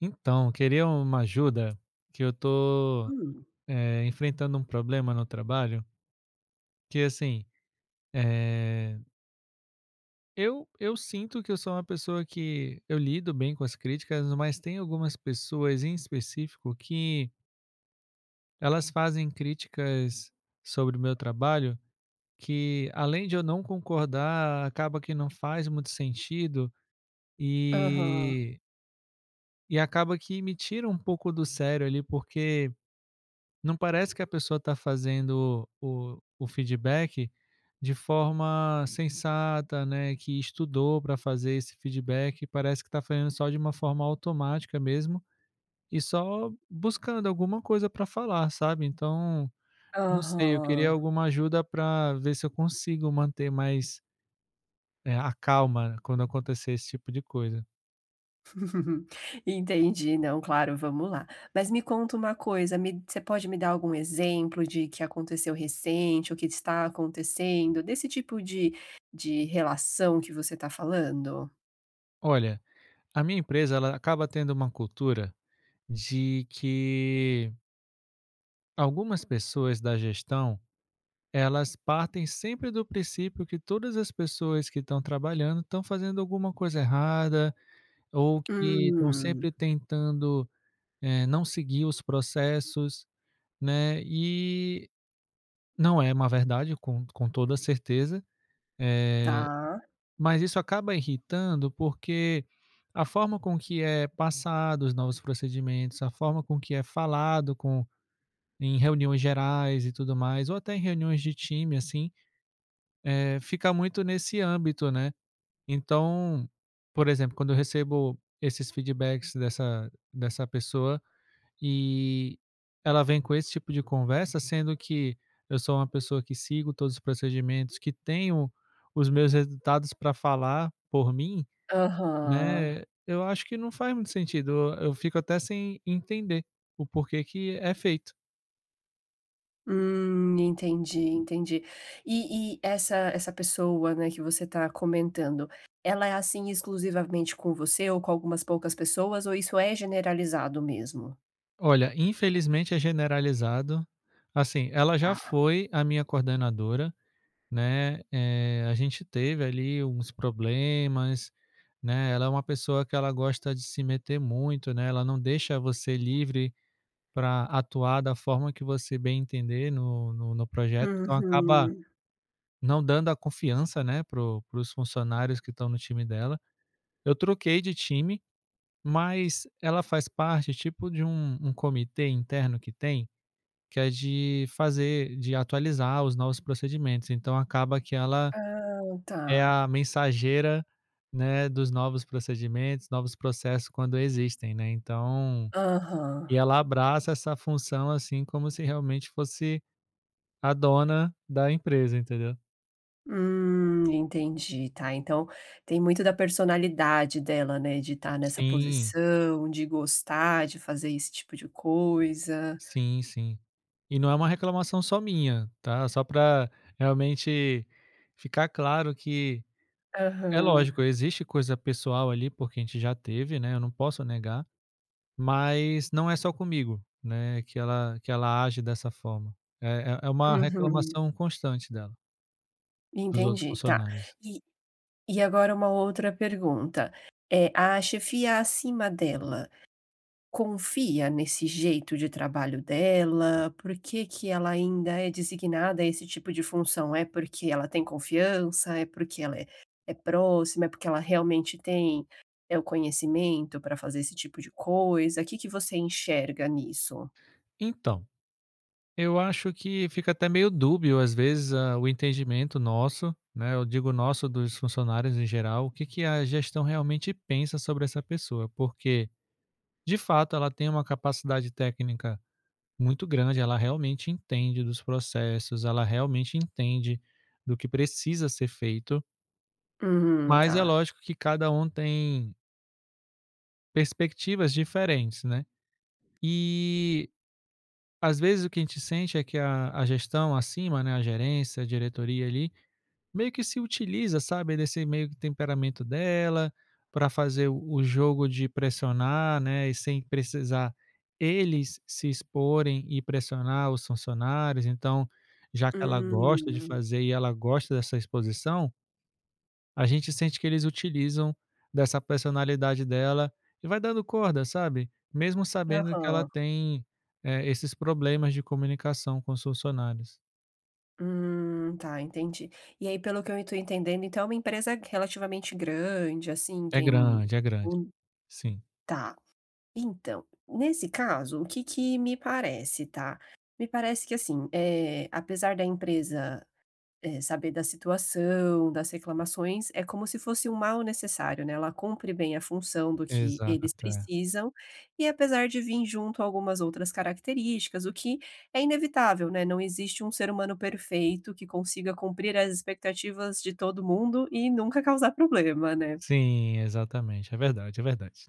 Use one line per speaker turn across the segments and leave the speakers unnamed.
Então, queria uma ajuda que eu tô,
Hum.
enfrentando um problema no trabalho, que assim, eh, eu sinto que eu sou uma pessoa que eu lido bem com as críticas, mas tem algumas pessoas em específico que elas fazem críticas sobre o meu trabalho que, além de eu não concordar, acaba que não faz muito sentido
Aham,
e e acaba que me tira um pouco do sério ali, porque não parece que a pessoa está fazendo o feedback de forma sensata, né, que estudou para fazer esse feedback, parece que está fazendo só de uma forma automática mesmo, e só buscando alguma coisa para falar, sabe. Então, não sei, eu queria
aham.
alguma ajuda para ver se eu consigo manter mais, a calma quando acontecer esse tipo de coisa.
Entendi. Não, claro, vamos lá. Mas me conta uma coisa, me você pode me dar algum exemplo de que aconteceu recente ou que está acontecendo, desse tipo de relação que você está falando?
Olha, a minha empresa ela acaba tendo uma cultura de que algumas pessoas da gestão elas partem sempre do princípio que todas as pessoas que estão trabalhando estão fazendo alguma coisa errada ou que estão
Hum,
sempre tentando, não seguir os processos, né, e não é uma verdade com toda certeza, eh,
tá.
mas isso acaba irritando, porque a forma com que é passado os novos procedimentos, a forma com que é falado com em reuniões gerais e tudo mais, ou até em reuniões de time, assim, fica muito nesse âmbito, né. Então, por exemplo, quando eu recebo esses feedbacks dessa pessoa e ela vem com esse tipo de conversa, sendo que eu sou uma pessoa que sigo todos os procedimentos, que tenho os meus resultados para falar por mim,
Aham.
né, eu acho que não faz muito sentido. Eu fico até sem entender o porquê que é feito.
Entendi, entendi. E essa pessoa, né, que você está comentando, ela é assim exclusivamente com você ou com algumas poucas pessoas ou isso é generalizado mesmo?
Olha, infelizmente é generalizado. Assim, ela já
Tá.
foi a minha coordenadora, né, a gente teve ali uns problemas, né, ela é uma pessoa que ela gosta de se meter muito, né, ela não deixa você livre para atuar da forma que você bem entender no no projeto, então acaba
Uhum.
não dando a confiança, né, para o para os funcionários que estão no time dela. Eu troquei de time, mas ela faz parte tipo de um comitê interno que tem, que é de fazer de atualizar os novos procedimentos, então acaba que ela
Ah, tá.
é a mensageira, né, dos novos procedimentos, novos processos quando existem, né, então
Aham.
e ela abraça essa função, assim, como se realmente fosse a dona da empresa, entendeu.
Entendi, tá. Então tem muito da personalidade dela, né, de estar nessa
Sim,
posição, de gostar de fazer esse tipo de coisa.
sim, sim. E não é uma reclamação só minha, tá, só para realmente ficar claro que é
Aham.
lógico, existe coisa pessoal ali, porque a gente já teve, né, eu não posso negar. Mas não é só comigo, né, que ela age dessa forma. É uma
Uhum.
reclamação constante dela, dos outros
Entendi, tá.
funcionários.
E agora uma outra pergunta, é: a chefia acima dela confia nesse jeito de trabalho dela? Por que que ela ainda é designada a esse tipo de função? É porque ela tem confiança? É porque ela é próxima? É porque ela realmente tem, é o conhecimento para fazer esse tipo de coisa? O que que você enxerga nisso?
Então, eu acho que fica até meio dúbio, às vezes, a o entendimento nosso, né, eu digo nosso, dos funcionários em geral, o que que a gestão realmente pensa sobre essa pessoa, porque, de fato, ela tem uma capacidade técnica muito grande, ela realmente entende dos processos, ela realmente entende do que precisa ser feito. Mas é
Tá.
lógico que cada um tem perspectivas diferentes, né. E, às vezes, o que a gente sente é que a gestão acima, né, a gerência, a diretoria ali, meio que se utiliza, sabe, desse meio que temperamento dela, para fazer o jogo de pressionar, né, e sem precisar eles se exporem e pressionar os funcionários. Então, já que ela gosta de
Hum.
fazer e ela gosta dessa exposição, a gente sente que eles utilizam dessa personalidade dela e vai dando corda, sabe, mesmo sabendo que ela
Aham.
tem, esses problemas de comunicação com os funcionários.
Tá, entendi. E aí, pelo que eu estou entendendo, então é uma empresa relativamente grande, assim,
É
tem
grande, é grande.
um-
Sim,
Tá. Então, nesse caso, o que que me parece, tá? Me parece que, assim, é, apesar da empresa é, saber da situação, das reclamações, é como se fosse um mal necessário, né, ela cumpre bem a função do que eles
exato, é.
precisam, e apesar de vir junto algumas outras características, o que é inevitável, né, não existe um ser humano perfeito que consiga cumprir as expectativas de todo mundo e nunca causar problema, né.
Sim, exatamente, é verdade, é verdade.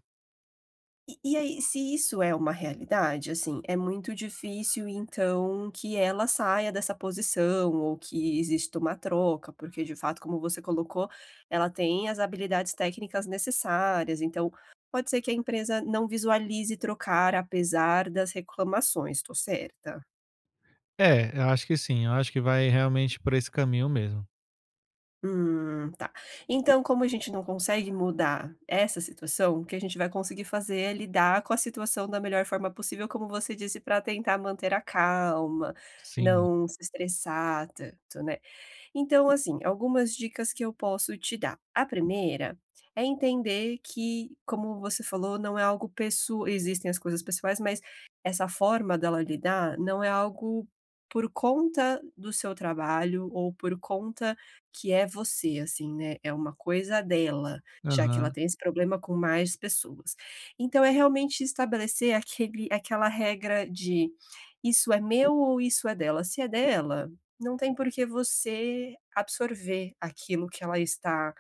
E aí, se isso é uma realidade, assim, é muito difícil então que ela saia dessa posição ou que exista uma troca, porque de fato, como você colocou, ela tem as habilidades técnicas necessárias, então pode ser que a empresa não visualize trocar apesar das reclamações, tô certa?
É, eu acho que sim, eu acho que vai realmente por esse caminho mesmo.
Tá. Então, como a gente não consegue mudar essa situação, o que a gente vai conseguir fazer é lidar com a situação da melhor forma possível, como você disse, para tentar manter a calma,
Sim.
não se estressar tanto, né? Então, assim, algumas dicas que eu posso te dar. A primeira é entender que, como você falou, não é algo pessoal, existem as coisas pessoais, mas essa forma dela lidar não é algo por conta do seu trabalho ou por conta que é você, assim, né? É uma coisa dela, já que ela
Aham.
tem esse problema com mais pessoas. Então, é realmente estabelecer aquele, aquela regra de isso é meu ou isso é dela. Se é dela, não tem por que você absorver aquilo que ela está,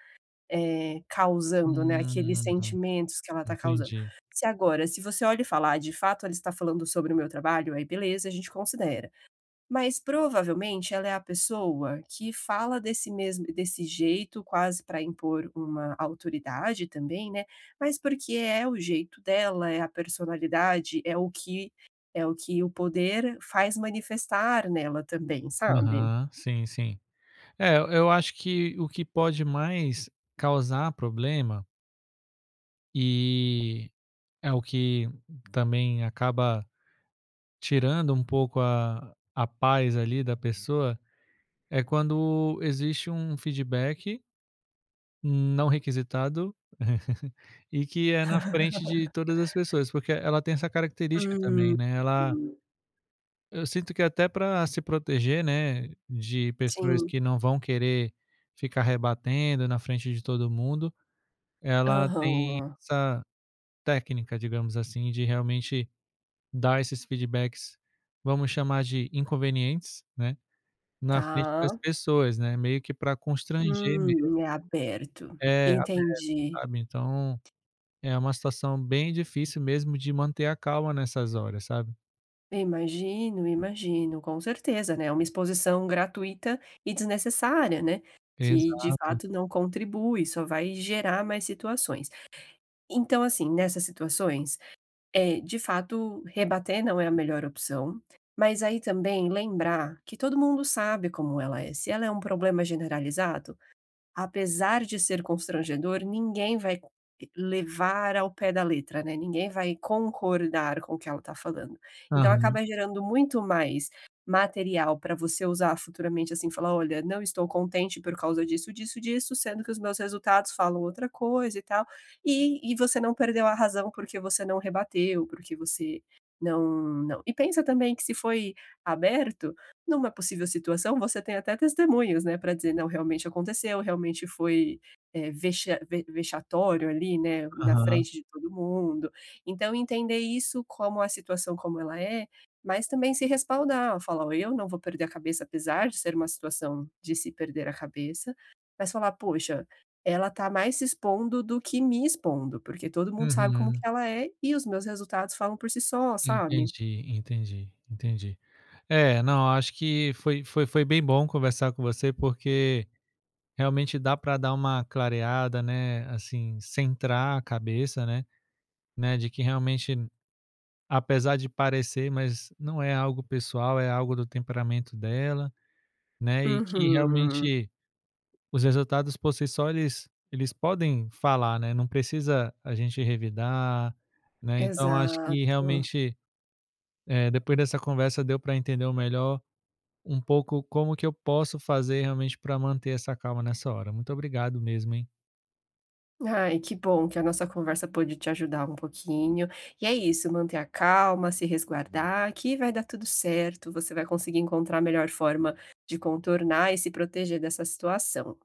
causando, né, aqueles
Hum,
sentimentos que ela está causando.
entendi.
Se agora, se você olha e fala: "Ah, de fato ela está falando sobre o meu trabalho", aí beleza, a gente considera. Mas provavelmente ela é a pessoa que fala desse jeito, quase para impor uma autoridade também, né, mas porque é o jeito dela, é a personalidade, é o que o poder faz manifestar nela também, sabe?
Aham, sim, sim. É, eu acho que o que pode mais causar problema e é o que também acaba tirando um pouco a paz ali da pessoa, é quando existe um feedback não requisitado e que é na frente de todas as pessoas, porque ela tem essa característica
Hum,
também, né, ela eu sinto que até para se proteger, né, de pessoas
sim.
que não vão querer ficar rebatendo na frente de todo mundo, ela tem
Aham,
essa técnica, digamos assim, de realmente dar esses feedbacks, vamos chamar de inconvenientes, né, na frente das
tá.
pessoas, né, meio que para constranger mesmo.
É aberto.
É, aberto,
Entendi.
sabe, então é uma situação bem difícil mesmo de manter a calma nessas horas, sabe.
Imagino, imagino, com certeza, né, é uma exposição gratuita e desnecessária, né, que de
Exato.
fato não contribui, só vai gerar mais situações. Então, assim, nessas situações, é de fato, rebater não é a melhor opção, mas aí também lembrar que todo mundo sabe como ela é. Se ela é um problema generalizado, apesar de ser constrangedor, ninguém vai levar ao pé da letra, né, ninguém vai concordar com o que ela está falando. Então
Aham,
acaba gerando muito mais material para você usar futuramente, assim, falar: "Olha, não estou contente por causa disso, disso, disso, sendo que os meus resultados falam outra coisa e tal", e você não perdeu a razão porque você não rebateu, porque você não, não e pensa também que se foi aberto, numa possível situação, você tem até testemunhas, né, para dizer: "Não, realmente aconteceu, realmente foi, vexatório ali, né, na
aham.
frente de todo mundo". Então entender isso como a situação como ela é, mas também se respaldar, falar: "Ó, eu não vou perder a cabeça", apesar de ser uma situação de se perder a cabeça, mas falar: "Poxa, ela tá mais se expondo do que me expondo, porque todo mundo sabe como que
Uhum.
ela é e os meus resultados falam por si só", sabe?
Entendi, entendi, entendi. É, não, acho que foi bem bom conversar com você, porque realmente dá para dar uma clareada, né, assim, centrar a cabeça, né, né, de que realmente apesar de parecer, mas não é algo pessoal, é algo do temperamento dela, né, e que
Uhum.
realmente os resultados por si só eles podem falar, né, não precisa a gente revidar, né, então acho que
Exato.
realmente, depois dessa conversa deu pra entender melhor um pouco como que eu posso fazer realmente pra manter essa calma nessa hora. Muito obrigado mesmo, hein.
Ai, que bom que a nossa conversa pôde te ajudar um pouquinho. E é isso, manter a calma, se resguardar, que vai dar tudo certo, você vai conseguir encontrar a melhor forma de contornar e se proteger dessa situação.